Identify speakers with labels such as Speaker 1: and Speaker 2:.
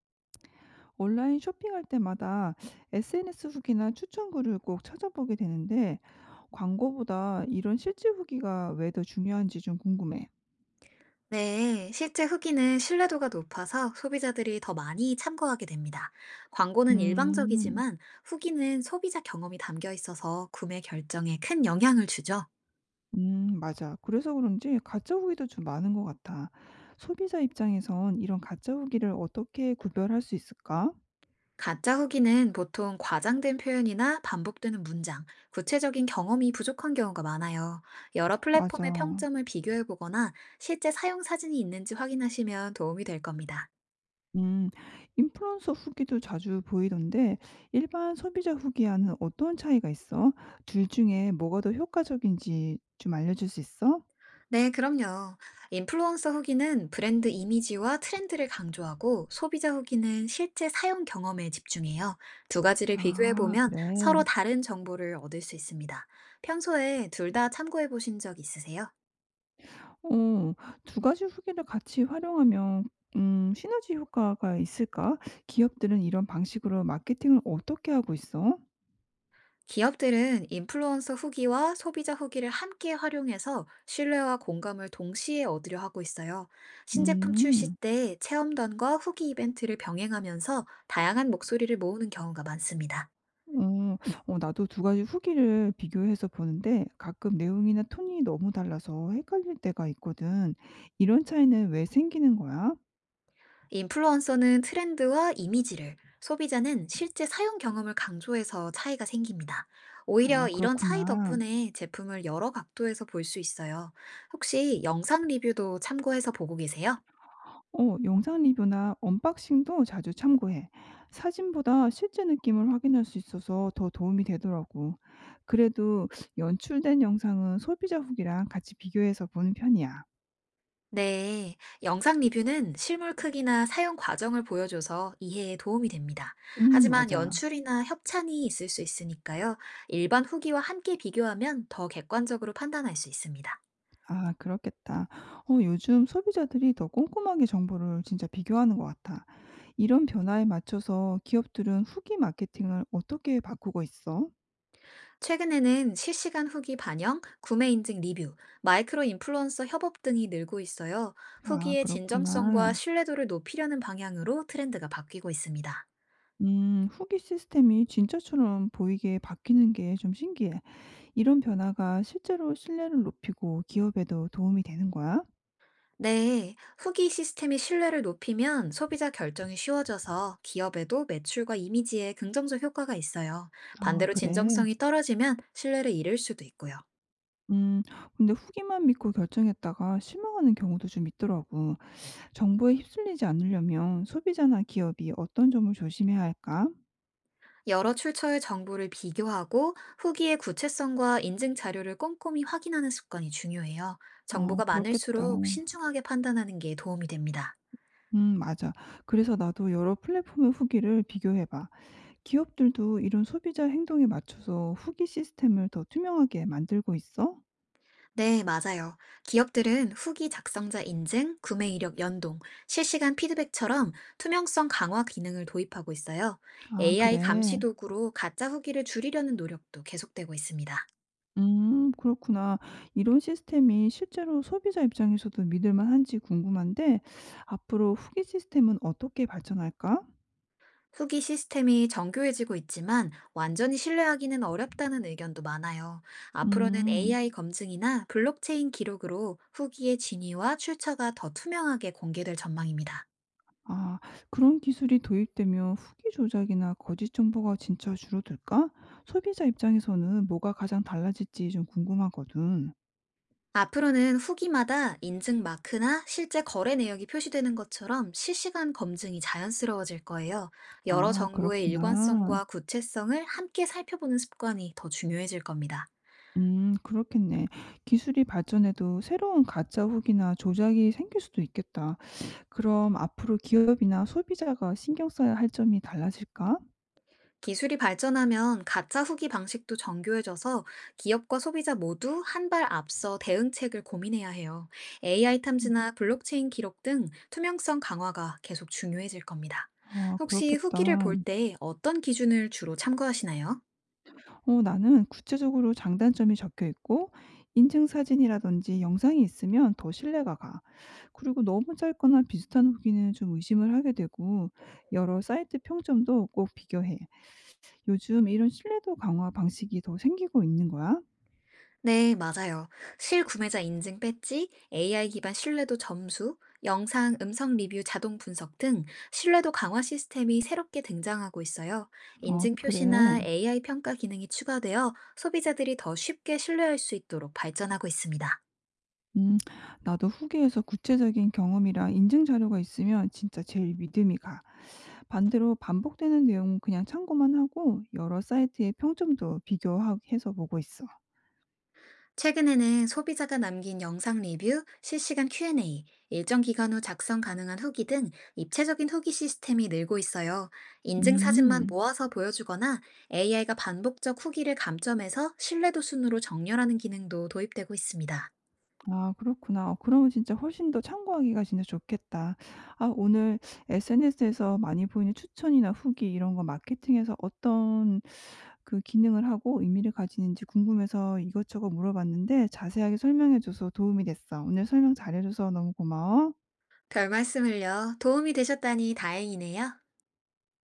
Speaker 1: 온라인 쇼핑할 때마다 SNS 후기나 추천 글을 꼭 찾아보게 되는데 광고보다 이런 실제 후기가 왜 더 중요한지 좀 궁금해.
Speaker 2: 네, 실제 후기는 신뢰도가 높아서 소비자들이 더 많이 참고하게 됩니다. 광고는
Speaker 1: 음,
Speaker 2: 일방적이지만 후기는 소비자 경험이 담겨 있어서 구매 결정에 큰 영향을 주죠.
Speaker 1: 맞아. 그래서 그런지 가짜 후기도 좀 많은 것 같아. 소비자 입장에선 이런 가짜 후기를 어떻게 구별할 수 있을까?
Speaker 2: 가짜 후기는 보통 과장된 표현이나 반복되는 문장, 구체적인 경험이 부족한 경우가 많아요. 여러
Speaker 1: 맞아.
Speaker 2: 플랫폼의 평점을 비교해 보거나 실제 사용 사진이 있는지 확인하시면 도움이 될 겁니다.
Speaker 1: 음, 인플루언서 후기도 자주 보이던데 일반 소비자 후기와는 어떤 차이가 있어? 둘 중에 뭐가 더 효과적인지 좀 알려줄 수 있어?
Speaker 2: 네, 그럼요. 인플루언서 후기는 브랜드 이미지와 트렌드를 강조하고 소비자 후기는 실제 사용 경험에 집중해요. 두 가지를
Speaker 1: 아
Speaker 2: 비교해보면
Speaker 1: 그래.
Speaker 2: 서로 다른 정보를 얻을 수 있습니다. 평소에 둘 다 참고해보신 적 있으세요?
Speaker 1: 어, 두 가지 후기를 같이 활용하면 시너지 효과가 있을까? 기업들은 이런 방식으로 마케팅을 어떻게 하고 있어?
Speaker 2: 기업들은 인플루언서 후기와 소비자 후기를 함께 활용해서 신뢰와 공감을 동시에 얻으려 하고 있어요. 신제품 출시
Speaker 1: 음.
Speaker 2: 때 체험단과 후기 이벤트를 병행하면서 다양한 목소리를 모으는 경우가 많습니다.
Speaker 1: 어. 어, 나도 두 가지 후기를 비교해서 보는데 가끔 내용이나 톤이 너무 달라서 헷갈릴 때가 있거든. 이런 차이는 왜 생기는 거야?
Speaker 2: 인플루언서는 트렌드와 이미지를, 소비자는 실제 사용 경험을 강조해서 차이가 생깁니다.
Speaker 1: 아
Speaker 2: 오히려 이런 차이
Speaker 1: 그렇구나.
Speaker 2: 덕분에 제품을 여러 각도에서 볼 수 있어요. 혹시 영상 리뷰도 참고해서 보고 계세요?
Speaker 1: 어, 영상 리뷰나 언박싱도 자주 참고해. 사진보다 실제 느낌을 확인할 수 있어서 더 도움이 되더라고. 그래도 연출된 영상은 소비자 후기랑 같이 비교해서 보는 편이야.
Speaker 2: 네, 영상 리뷰는 실물 크기나 사용 과정을 보여줘서 이해에 도움이 됩니다. 하지만
Speaker 1: 맞아.
Speaker 2: 연출이나 협찬이 있을 수 있으니까요. 일반 후기와 함께 비교하면 더 객관적으로 판단할 수 있습니다.
Speaker 1: 아, 그렇겠다. 어, 요즘 소비자들이 더 꼼꼼하게 정보를 진짜 비교하는 것 같아. 이런 변화에 맞춰서 기업들은 후기 마케팅을 어떻게 바꾸고 있어?
Speaker 2: 최근에는 실시간 후기 반영, 구매 인증 리뷰, 마이크로 인플루언서 협업 등이 늘고 있어요.
Speaker 1: 아,
Speaker 2: 후기의 진정성과
Speaker 1: 그렇구나.
Speaker 2: 신뢰도를 높이려는 방향으로 트렌드가 바뀌고 있습니다.
Speaker 1: 후기 시스템이 진짜처럼 보이게 바뀌는 게 좀 신기해. 이런 변화가 실제로 신뢰를 높이고 기업에도 도움이 되는 거야?
Speaker 2: 네, 후기 시스템이 신뢰를 높이면 소비자 결정이 쉬워져서 기업에도 매출과 이미지에 긍정적 효과가 있어요.
Speaker 1: 아,
Speaker 2: 반대로
Speaker 1: 그래.
Speaker 2: 진정성이 떨어지면 신뢰를 잃을 수도 있고요.
Speaker 1: 음, 근데 후기만 믿고 결정했다가 실망하는 경우도 좀 있더라고. 정보에 휩쓸리지 않으려면 소비자나 기업이 어떤 점을 조심해야 할까?
Speaker 2: 여러 출처의 정보를 비교하고 후기의 구체성과 인증 자료를 꼼꼼히 확인하는 습관이 중요해요.
Speaker 1: 아,
Speaker 2: 정보가
Speaker 1: 그렇겠다.
Speaker 2: 많을수록 신중하게 판단하는 게 도움이 됩니다.
Speaker 1: 맞아. 그래서 나도 여러 플랫폼의 후기를 비교해봐. 기업들도 이런 소비자 행동에 맞춰서 후기 시스템을 더 투명하게 만들고 있어?
Speaker 2: 네, 맞아요. 기업들은 후기 작성자 인증, 구매 이력 연동, 실시간 피드백처럼 투명성 강화 기능을 도입하고 있어요.
Speaker 1: 아,
Speaker 2: AI
Speaker 1: 그래.
Speaker 2: 감시 도구로 가짜 후기를 줄이려는 노력도 계속되고 있습니다.
Speaker 1: 그렇구나. 이런 시스템이 실제로 소비자 입장에서도 믿을 만한지 궁금한데 앞으로 후기 시스템은 어떻게 발전할까?
Speaker 2: 후기 시스템이 정교해지고 있지만 완전히 신뢰하기는 어렵다는 의견도 많아요. 앞으로는
Speaker 1: 음.
Speaker 2: AI 검증이나 블록체인 기록으로 후기의 진위와 출처가 더 투명하게 공개될 전망입니다.
Speaker 1: 아, 그런 기술이 도입되면 후기 조작이나 거짓 정보가 진짜 줄어들까? 소비자 입장에서는 뭐가 가장 달라질지 좀 궁금하거든.
Speaker 2: 앞으로는 후기마다 인증 마크나 실제 거래 내역이 표시되는 것처럼 실시간 검증이 자연스러워질 거예요. 여러
Speaker 1: 아
Speaker 2: 정보의
Speaker 1: 그렇구나.
Speaker 2: 일관성과 구체성을 함께 살펴보는 습관이 더 중요해질 겁니다.
Speaker 1: 그렇겠네. 기술이 발전해도 새로운 가짜 후기나 조작이 생길 수도 있겠다. 그럼 앞으로 기업이나 소비자가 신경 써야 할 점이 달라질까?
Speaker 2: 기술이 발전하면 가짜 후기 방식도 정교해져서 기업과 소비자 모두 한 발 앞서 대응책을 고민해야 해요. AI
Speaker 1: 음.
Speaker 2: 탐지나 블록체인 기록 등 투명성 강화가 계속 중요해질 겁니다.
Speaker 1: 아,
Speaker 2: 혹시 후기를
Speaker 1: 그렇겠다.
Speaker 2: 볼 때 어떤 기준을 주로 참고하시나요?
Speaker 1: 어, 나는 구체적으로 장단점이 적혀 있고, 인증 사진이라든지 영상이 있으면 더 신뢰가 가. 그리고 너무 짧거나 비슷한 후기는 좀 의심을 하게 되고, 여러 사이트 평점도 꼭 비교해. 요즘 이런 신뢰도 강화 방식이 더 생기고 있는 거야?
Speaker 2: 네, 맞아요. 실구매자 인증 배지, AI 기반 신뢰도 점수, 영상, 음성 리뷰 자동 분석 등 신뢰도 강화 시스템이 새롭게 등장하고 있어요.
Speaker 1: 아,
Speaker 2: 인증 표시나
Speaker 1: 그래.
Speaker 2: AI 평가 기능이 추가되어 소비자들이 더 쉽게 신뢰할 수 있도록 발전하고 있습니다.
Speaker 1: 음. 나도 후기에서 구체적인 경험이랑 인증 자료가 있으면 진짜 제일 믿음이 가. 반대로 반복되는 내용은 그냥 참고만 하고 여러 사이트의 평점도 비교해서 보고 있어.
Speaker 2: 최근에는 소비자가 남긴 영상 리뷰, 실시간 Q&A, 일정 기간 후 작성 가능한 후기 등 입체적인 후기 시스템이 늘고 있어요. 인증 사진만
Speaker 1: 음.
Speaker 2: 모아서 보여주거나 AI가 반복적 후기를 감점해서 신뢰도 순으로 정렬하는 기능도 도입되고 있습니다.
Speaker 1: 아 그렇구나. 어, 그러면 진짜 훨씬 더 참고하기가 진짜 좋겠다. 아, 오늘 SNS에서 많이 보이는 추천이나 후기 이런 거 마케팅에서 어떤 그 기능을 하고 의미를 가지는지 궁금해서 이것저것 물어봤는데 자세하게 설명해 줘서 도움이 됐어. 오늘 설명 잘해 줘서 너무 고마워.
Speaker 2: 별 말씀을요. 도움이 되셨다니 다행이네요.